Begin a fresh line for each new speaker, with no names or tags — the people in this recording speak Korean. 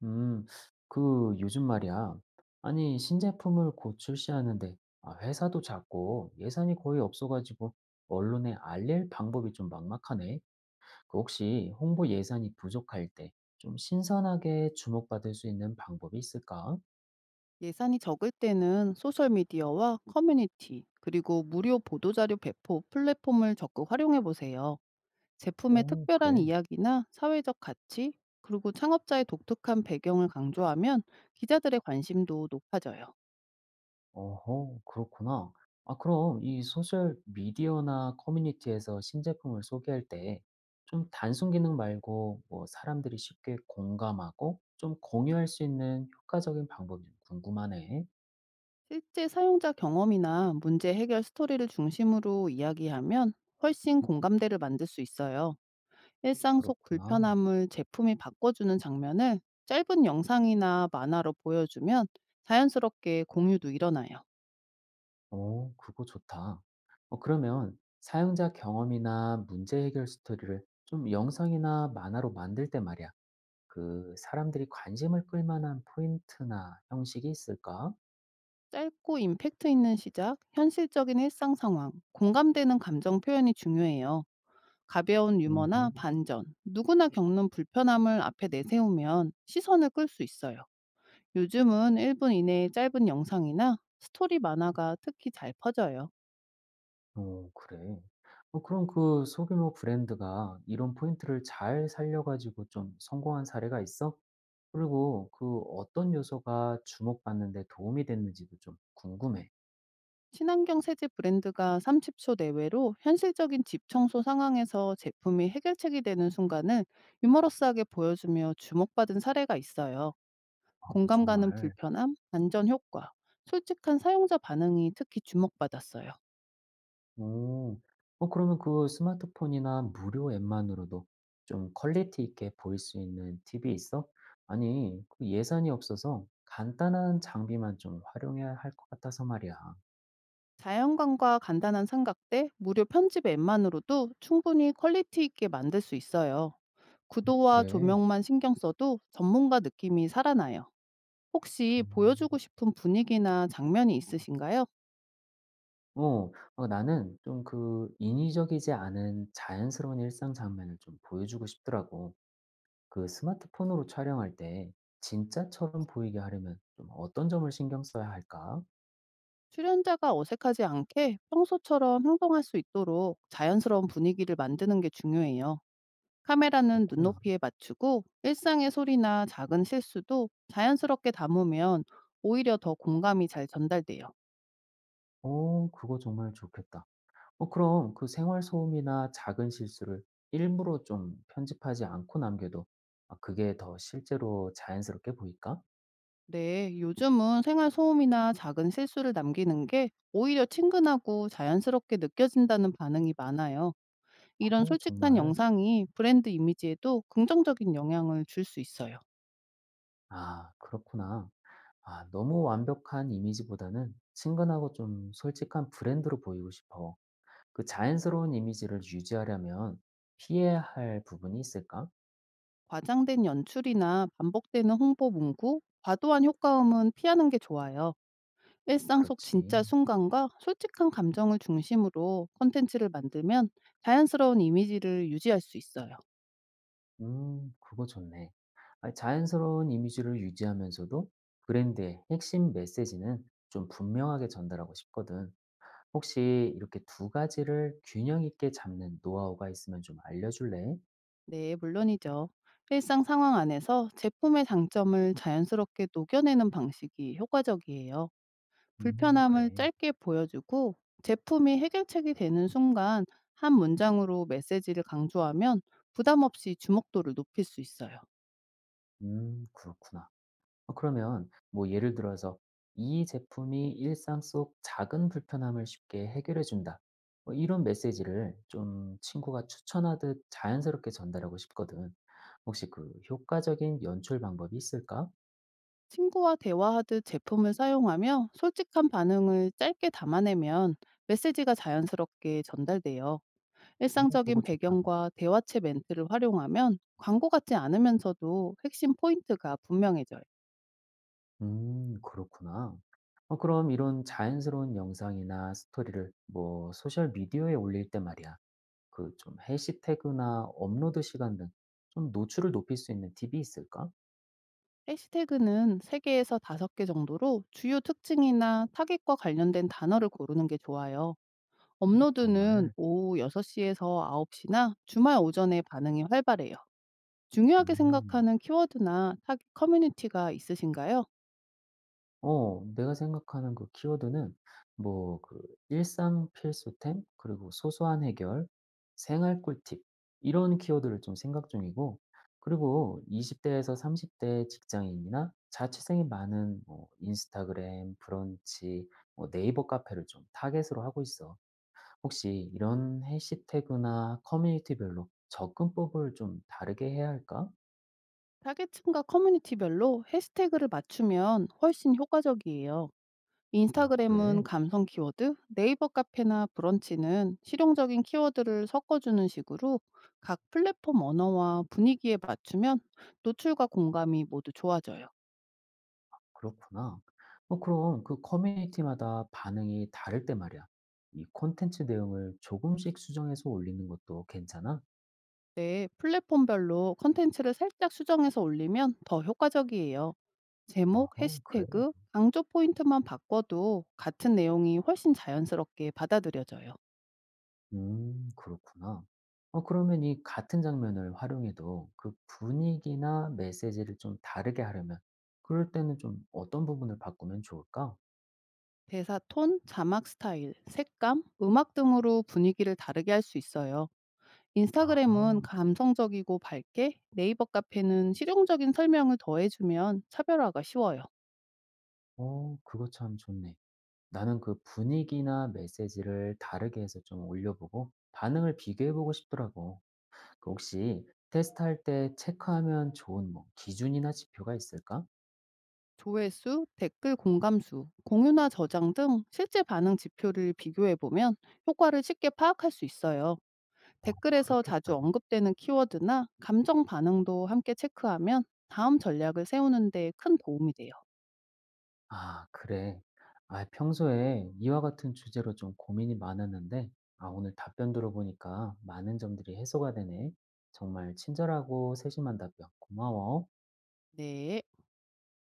음, 그 요즘 말이야. 아니, 신제품을 곧 출시하는데 아, 회사도 작고 예산이 거의 없어가지고 언론에 알릴 방법이 좀 막막하네. 그 혹시 홍보 예산이 부족할 때 좀 신선하게 주목받을 수 있는 방법이 있을까?
예산이 적을 때는 소셜미디어와 커뮤니티, 그리고 무료 보도자료 배포 플랫폼을 적극 활용해 보세요. 제품의
오,
특별한
그래.
이야기나 사회적 가치, 그리고 창업자의 독특한 배경을 강조하면 기자들의 관심도 높아져요.
어허, 그렇구나. 아, 그럼 이 소셜 미디어나 커뮤니티에서 신제품을 소개할 때 좀 단순 기능 말고 뭐 사람들이 쉽게 공감하고 좀 공유할 수 있는 효과적인 방법이 좀 궁금하네.
실제 사용자 경험이나 문제 해결 스토리를 중심으로 이야기하면 훨씬 공감대를 만들 수 있어요. 일상 속
그렇구나.
불편함을 제품이 바꿔주는 장면을 짧은 영상이나 만화로 보여주면 자연스럽게 공유도 일어나요.
어, 그거 좋다. 어, 그러면 사용자 경험이나 문제 해결 스토리를 좀 영상이나 만화로 만들 때 말이야. 그 사람들이 관심을 끌 만한 포인트나 형식이 있을까?
짧고 임팩트 있는 시작, 현실적인 일상 상황, 공감되는 감정 표현이 중요해요. 가벼운 유머나
음.
반전, 누구나 겪는 불편함을 앞에 내세우면 시선을 끌 수 있어요. 요즘은 1분 이내의 짧은 영상이나 스토리 만화가 특히 잘 퍼져요.
어 그래. 어 그럼 그 소규모 브랜드가 이런 포인트를 잘 살려 가지고 좀 성공한 사례가 있어? 그리고 그 어떤 요소가 주목받는 데 도움이 됐는지도 좀 궁금해.
친환경 세제 브랜드가 30초 내외로 현실적인 집 청소 상황에서 제품이 해결책이 되는 순간을 유머러스하게 보여주며 주목받은 사례가 있어요.
아,
공감 가는
정말.
불편함, 안전 효과, 솔직한 사용자 반응이 특히 주목받았어요.
오. 어 그러면 그 스마트폰이나 무료 앱만으로도 좀 퀄리티 있게 보일 수 있는 팁이 있어? 아니 그 예산이 없어서 간단한 장비만 좀 활용해야 할 것 같아서 말이야.
자연광과 간단한 삼각대, 무료 편집 앱만으로도 충분히 퀄리티 있게 만들 수 있어요. 구도와
그래.
조명만 신경 써도 전문가 느낌이 살아나요. 혹시
음.
보여주고 싶은 분위기나 장면이 있으신가요?
어. 어 나는 좀 그 인위적이지 않은 자연스러운 일상 장면을 좀 보여주고 싶더라고. 그 스마트폰으로 촬영할 때 진짜처럼 보이게 하려면 좀 어떤 점을 신경 써야 할까?
출연자가 어색하지 않게 평소처럼 행동할 수 있도록 자연스러운 분위기를 만드는 게 중요해요. 카메라는
그렇구나.
눈높이에 맞추고 일상의 소리나 작은 실수도 자연스럽게 담으면 오히려 더 공감이 잘 전달돼요.
어 그거 정말 좋겠다. 어 그럼 그 생활 소음이나 작은 실수를 일부러 좀 편집하지 않고 남겨도 아 그게 더 실제로 자연스럽게 보일까?
네, 요즘은 생활 소음이나 작은 실수를 남기는 게 오히려 친근하고 자연스럽게 느껴진다는 반응이 많아요. 이런
어,
솔직한
정말.
영상이 브랜드 이미지에도 긍정적인 영향을 줄 수 있어요.
아, 그렇구나. 아, 너무 완벽한 이미지보다는 친근하고 좀 솔직한 브랜드로 보이고 싶어. 그 자연스러운 이미지를 유지하려면 피해야 할 부분이 있을까?
과장된 연출이나 반복되는 홍보 문구, 과도한 효과음은 피하는 게 좋아요. 일상 속
그렇지.
진짜 순간과 솔직한 감정을 중심으로 콘텐츠를 만들면 자연스러운 이미지를 유지할 수 있어요.
그거 좋네. 아, 자연스러운 이미지를 유지하면서도 브랜드의 핵심 메시지는 좀 분명하게 전달하고 싶거든. 혹시 이렇게 두 가지를 균형 있게 잡는 노하우가 있으면 좀 알려줄래?
네, 물론이죠. 일상 상황 안에서 제품의 장점을 자연스럽게 녹여내는 방식이 효과적이에요. 불편함을
그래.
짧게 보여주고 제품이 해결책이 되는 순간 한 문장으로 메시지를 강조하면 부담 없이 주목도를 높일 수 있어요.
그렇구나. 어 그러면 뭐 예를 들어서 '이 제품이 일상 속 작은 불편함을 쉽게 해결해 준다.' 뭐 이런 메시지를 좀 친구가 추천하듯 자연스럽게 전달하고 싶거든. 혹시 그 효과적인 연출 방법이 있을까?
친구와 대화하듯 제품을 사용하며 솔직한 반응을 짧게 담아내면 메시지가 자연스럽게 전달돼요.
오,
일상적인
그거 좋다.
배경과 대화체 멘트를 활용하면 광고 같지 않으면서도 핵심 포인트가 분명해져요.
음, 그렇구나. 어 그럼 이런 자연스러운 영상이나 스토리를 뭐 소셜 미디어에 올릴 때 말이야. 그 좀 해시태그나 업로드 시간 등 좀 노출을 높일 수 있는 팁이 있을까?
해시태그는 3개에서 5개 정도로 주요 특징이나 타깃과 관련된 단어를 고르는 게 좋아요. 업로드는
정말.
오후 6시에서 9시나 주말 오전에 반응이 활발해요. 중요하게
음.
생각하는 키워드나 타깃 커뮤니티가 있으신가요?
어 내가 생각하는 그 키워드는 뭐 그 일상 필수템 그리고 소소한 해결, 생활 꿀팁 이런 키워드를 좀 생각 중이고 그리고 20 대에서 30대 직장인이나 자취생이 많은 뭐 인스타그램, 브런치, 뭐 네이버 카페를 좀 타겟으로 하고 있어. 혹시 이런 해시태그나 커뮤니티별로 접근법을 좀 다르게 해야 할까?
타겟층과 커뮤니티별로 해시태그를 맞추면 훨씬 효과적이에요.
오,
인스타그램은
그래?
감성 키워드, 네이버 카페나 브런치는 실용적인 키워드를 섞어주는 식으로 각 플랫폼 언어와 분위기에 맞추면 노출과 공감이 모두 좋아져요.
그렇구나. 어 그럼 그 커뮤니티마다 반응이 다를 때 말이야. 이 콘텐츠 내용을 조금씩 수정해서 올리는 것도 괜찮아?
네, 플랫폼별로 컨텐츠를 살짝 수정해서 올리면 더 효과적이에요. 제목,
어허, 그래?
해시태그, 강조 포인트만 바꿔도 같은 내용이 훨씬 자연스럽게 받아들여져요.
그렇구나. 어, 그러면 이 같은 장면을 활용해도 그 분위기나 메시지를 좀 다르게 하려면 그럴 때는 좀 어떤 부분을 바꾸면 좋을까?
대사 톤, 자막 스타일, 색감, 음악 등으로 분위기를 다르게 할 수 있어요. 인스타그램은
아하,
감성적이고 밝게, 네이버 카페는 실용적인 설명을 더해주면 차별화가 쉬워요.
어, 그거 참 좋네. 나는 그 분위기나 메시지를 다르게 해서 좀 올려보고 반응을 비교해보고 싶더라고. 그 혹시 테스트할 때 체크하면 좋은 뭐 기준이나 지표가 있을까?
조회수, 댓글 공감수, 공유나 저장 등 실제 반응 지표를 비교해보면 효과를 쉽게 파악할 수 있어요.
어,
댓글에서 자주
그렇겠다.
언급되는 키워드나 감정 반응도 함께 체크하면 다음 전략을 세우는데 큰 도움이 돼요.
아, 그래. 아, 평소에 이와 같은 주제로 좀 고민이 많았는데, 아, 오늘 답변 들어보니까 많은 점들이 해소가 되네. 정말 친절하고 세심한 답변 고마워.
네.